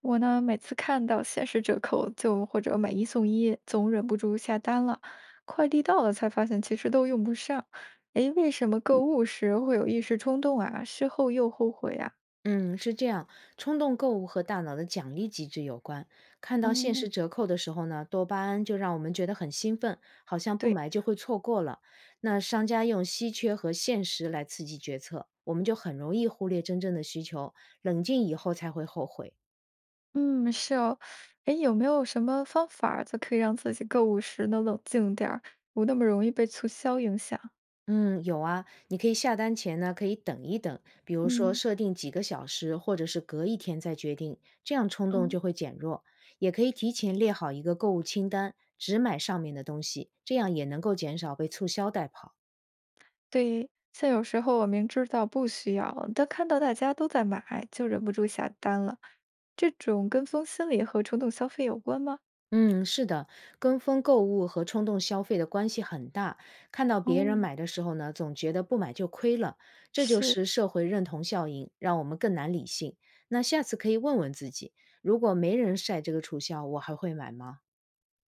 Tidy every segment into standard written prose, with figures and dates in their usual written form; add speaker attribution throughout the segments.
Speaker 1: 我呢，每次看到限时折扣就或者买一送一，总忍不住下单了。快递到了才发现其实都用不上。诶，为什么购物时会有一时冲动啊？事后又后悔啊？
Speaker 2: 嗯，是这样，冲动购物和大脑的奖励机制有关。看到限
Speaker 1: 嗯，
Speaker 2: 时折扣的时候呢，多巴胺就让我们觉得很兴奋，好像不
Speaker 1: 对，
Speaker 2: 买就会错过了。那商家用稀缺和限时来刺激决策，我们就很容易忽略真正的需求，冷静以后才会后悔。
Speaker 1: 嗯，是哦。诶，有没有什么方法儿就可以让自己购物时能冷静点儿，不那么容易被促销影响？
Speaker 2: 嗯，有啊，你可以下单前呢，可以等一等，比如说
Speaker 1: 嗯，
Speaker 2: 设定几个小时，或者是隔一天再决定，这样冲动
Speaker 1: 哦。
Speaker 2: 就会减弱。也可以提前列好一个购物清单，只买上面的东西，这样也能够减少被促销带跑。
Speaker 1: 对，像有时候我明知道不需要，但看到大家都在买，就忍不住下单了。这种跟风心理和冲动消费有关吗？
Speaker 2: 嗯，是的，跟风购物和冲动消费的关系很大。看到别人
Speaker 1: 哦，
Speaker 2: 买的时候呢，总觉得不买就亏了，这就
Speaker 1: 是
Speaker 2: 是社会认同效应，让我们更难理性。那下次可以问问自己，如果没人晒这个促销，我还会买吗？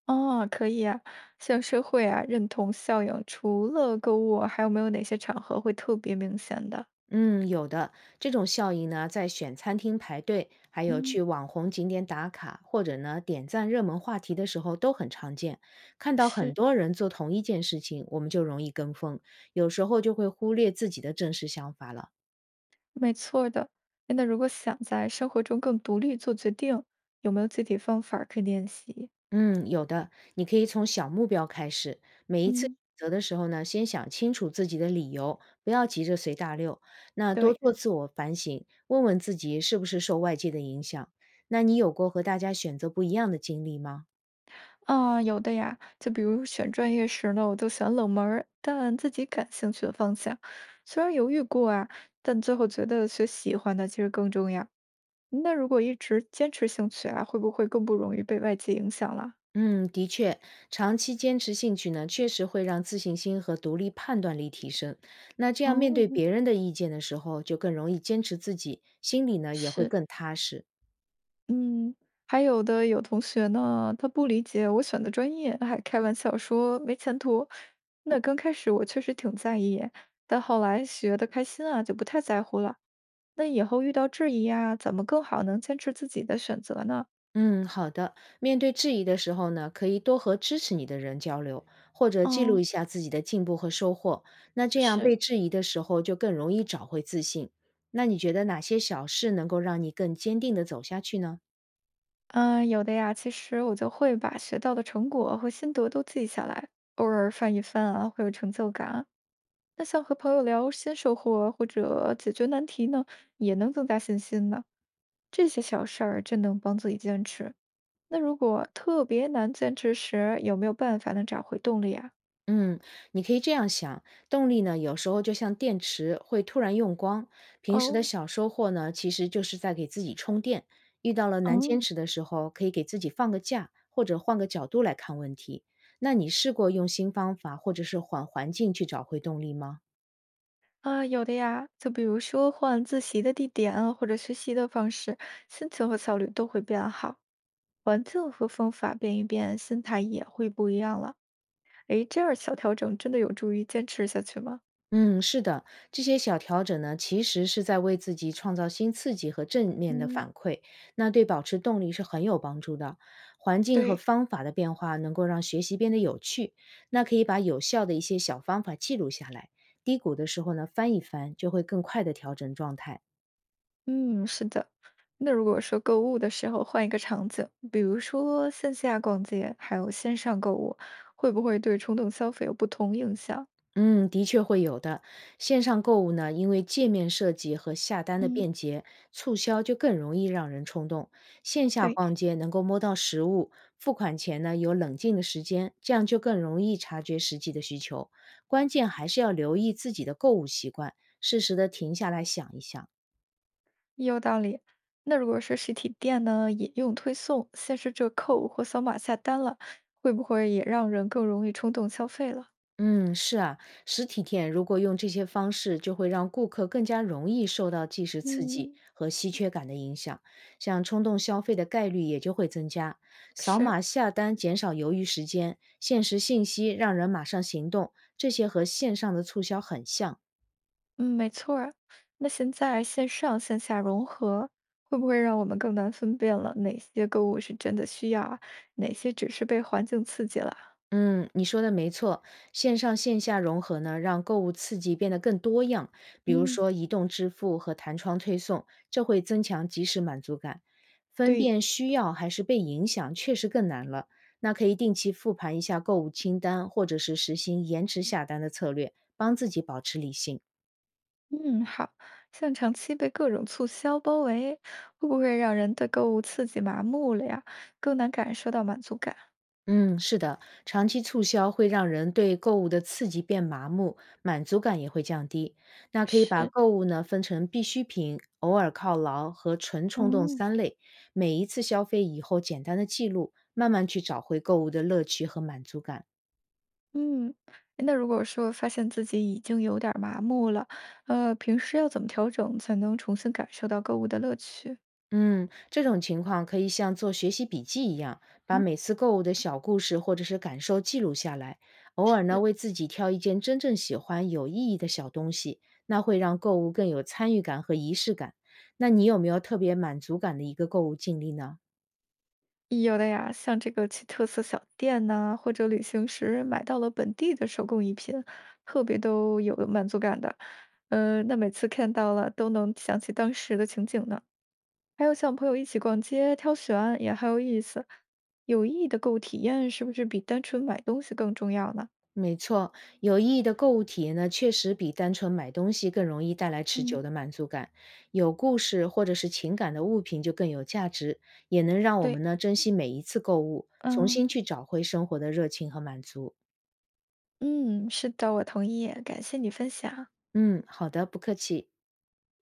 Speaker 1: 哦，可以啊。像社会啊认同效应，除了购物，还有没有哪些场合会特别明显的？
Speaker 2: 嗯，有的。这种效应呢，在选餐厅排队，还有
Speaker 1: 嗯，
Speaker 2: 去网红景点打卡，或者呢点赞热门话题的时候都很常见。看到很
Speaker 1: 是。
Speaker 2: 多人做同一件事情，我们就容易跟风，有时候就会忽略自己的真实想法了。
Speaker 1: 没错儿的。诶那如果想在生活中更独立做决定，有没有具体方法儿可以练习？
Speaker 2: 嗯，有的，你可以从小目标开始，每一次选
Speaker 1: 嗯，
Speaker 2: 择的时候呢，先想清楚自己的理由，不要急着随大流。那多
Speaker 1: 对，
Speaker 2: 做自我反省，问问自己是不是受外界的影响。那你有过和大家选择不一样的经历吗？
Speaker 1: 啊，有的呀，就比如选专业时呢，我就选冷门儿但自己感兴趣的方向，虽然犹豫过啊，但最后觉得学喜欢的其实更重要。那如果一直坚持兴趣啊，会不会更不容易被外界影响了？
Speaker 2: 嗯，的确，长期坚持兴趣呢，确实会让自信心和独立判断力提升。那这样面对
Speaker 1: 哦，
Speaker 2: 别人的意见的时候，就更容易坚持自己，心里呢也会
Speaker 1: 是，
Speaker 2: 更踏实。
Speaker 1: 嗯，还有的有同学呢，他不理解我选的专业，还开玩笑说没前途。那刚开始我确实挺在意，但后来学的开心啊，就不太在乎了。那以后遇到质疑啊，怎么更好能坚持自己的选择呢？
Speaker 2: 嗯，好的。面对质疑的时候呢，可以多和支持你的人交流，或者记录
Speaker 1: 哦，
Speaker 2: 一下自己的进步和收获。那这样被
Speaker 1: 是，
Speaker 2: 质疑的时候，就更容易找回自信。那你觉得哪些小事能够让你更坚定的走下去呢？
Speaker 1: 嗯，有的呀，其实我就会把学到的成果和心得都记下来，偶尔翻一翻啊，会有成就感啊。那像和朋友聊新收获或者解决难题呢，也能增加信心呢。这些小事儿真能帮自己坚持。那如果特别难坚持时，有没有办法能找回动力啊？
Speaker 2: 嗯，你可以这样想，动力呢，有时候就像电池会突然用光，平时的
Speaker 1: 哦，
Speaker 2: 小收获呢，其实就是在给自己充电。遇到了难坚
Speaker 1: 嗯。
Speaker 2: 持的时候，可以给自己放个假，或者换个角度来看问题。那你试过用新方法或者是缓环境去找回动力吗？
Speaker 1: 啊，有的呀，就比如说换自习的地点啊，或者学习的方式，心情和效率都会变好，环境和方法变一变，心态也会不一样了。诶，这样小调整真的有助于坚持下去吗？
Speaker 2: 嗯，是的，这些小调整呢，其实是在为自己创造新刺激和正面的
Speaker 1: 嗯，
Speaker 2: 反馈，那对保持动力是很有帮助的。环境和
Speaker 1: 对，
Speaker 2: 方法的变化能够让学习变得有趣，那可以把有效的一些小方法记录下来，低谷的时候呢翻一翻，就会更快的调整状态。
Speaker 1: 嗯，是的。那如果说购物的时候换一个场景，比如说线下逛街，还有线上购物，会不会对冲动消费有不同影响？
Speaker 2: 嗯，的确会有的。线上购物呢，因为界面设计和下单的
Speaker 1: 嗯，
Speaker 2: 便捷，促销就更容易让人冲动。线下
Speaker 1: 对。
Speaker 2: 逛街能够摸到实物，付款前呢有冷静的时间，这样就更容易察觉实际的需求。关键还是要留意自己的购物习惯，适时的停下来想一想。
Speaker 1: 有道理。那如果是实体店呢，也用推送、限时折扣或扫码下单了，会不会也让人更容易冲动消费了？
Speaker 2: 嗯，是啊，实体店如果用这些方式，就会让顾客更加容易受到即时刺激
Speaker 1: 嗯，
Speaker 2: 和稀缺感的影响，像冲动消费的概率也就会增加。扫
Speaker 1: 是，
Speaker 2: 码下单减少犹豫时间，限时信息让人马上行动，这些和线上的促销很像。
Speaker 1: 嗯，没错儿。那现在线上线下融合，会不会让我们更难分辨了哪些购物是真的需要啊，哪些只是被环境刺激了？
Speaker 2: 嗯，你说的没错，线上线下融合呢，让购物刺激变得更多样。比如
Speaker 1: 嗯，
Speaker 2: 说移动支付和弹窗推送，这会增强即时满足感。分
Speaker 1: 对，
Speaker 2: 辨需要还是被影响，确实更难了。那可以定期复盘一下购物清单，或者是实行延迟下单的策略，帮自己保持理性。
Speaker 1: 嗯，好，像长期被各种促销包围，会不会让人对购物刺激麻木了呀？更难感受到满足感？
Speaker 2: 嗯，是的，长期促销会让人对购物的刺激变麻木，满足感也会降低。那可以把
Speaker 1: 是。
Speaker 2: 购物呢分成必需品、偶尔犒劳和纯冲动
Speaker 1: 哦，
Speaker 2: 三类，每一次消费以后简单的记录，慢慢去找回购物的乐趣和满足感。
Speaker 1: 嗯，那如果说发现自己已经有点儿麻木了，平时要怎么调整才能重新感受到购物的乐趣？
Speaker 2: 嗯，这种情况可以像做学习笔记一样，把每次购物的小故事或者是感受记录下来。偶尔呢，为自己挑一件真正喜欢、有意义的小东西，那会让购物更有参与感和仪式感。那你有没有特别满足感的一个购物经历呢？
Speaker 1: 有的呀，像这个去特色小店呐、或者旅行时买到了本地的手工艺品，特别都有满足感的。那每次看到了都能想起当时的情景呢。还有像朋友一起逛街挑选也很有意思，有意义的购物体验是不是比单纯买东西更重要呢？
Speaker 2: 没错，有意义的购物体验呢，确实比单纯买东西更容易带来持
Speaker 1: 嗯，
Speaker 2: 久的满足感。有故事或者是情感的物品就更有价值，也能让我们
Speaker 1: 对，
Speaker 2: 呢珍惜每一次购物，重
Speaker 1: 嗯。
Speaker 2: 新去找回生活的热情和满足。
Speaker 1: 嗯，是的，我同意，感谢你分享。
Speaker 2: 嗯，好的，不客气。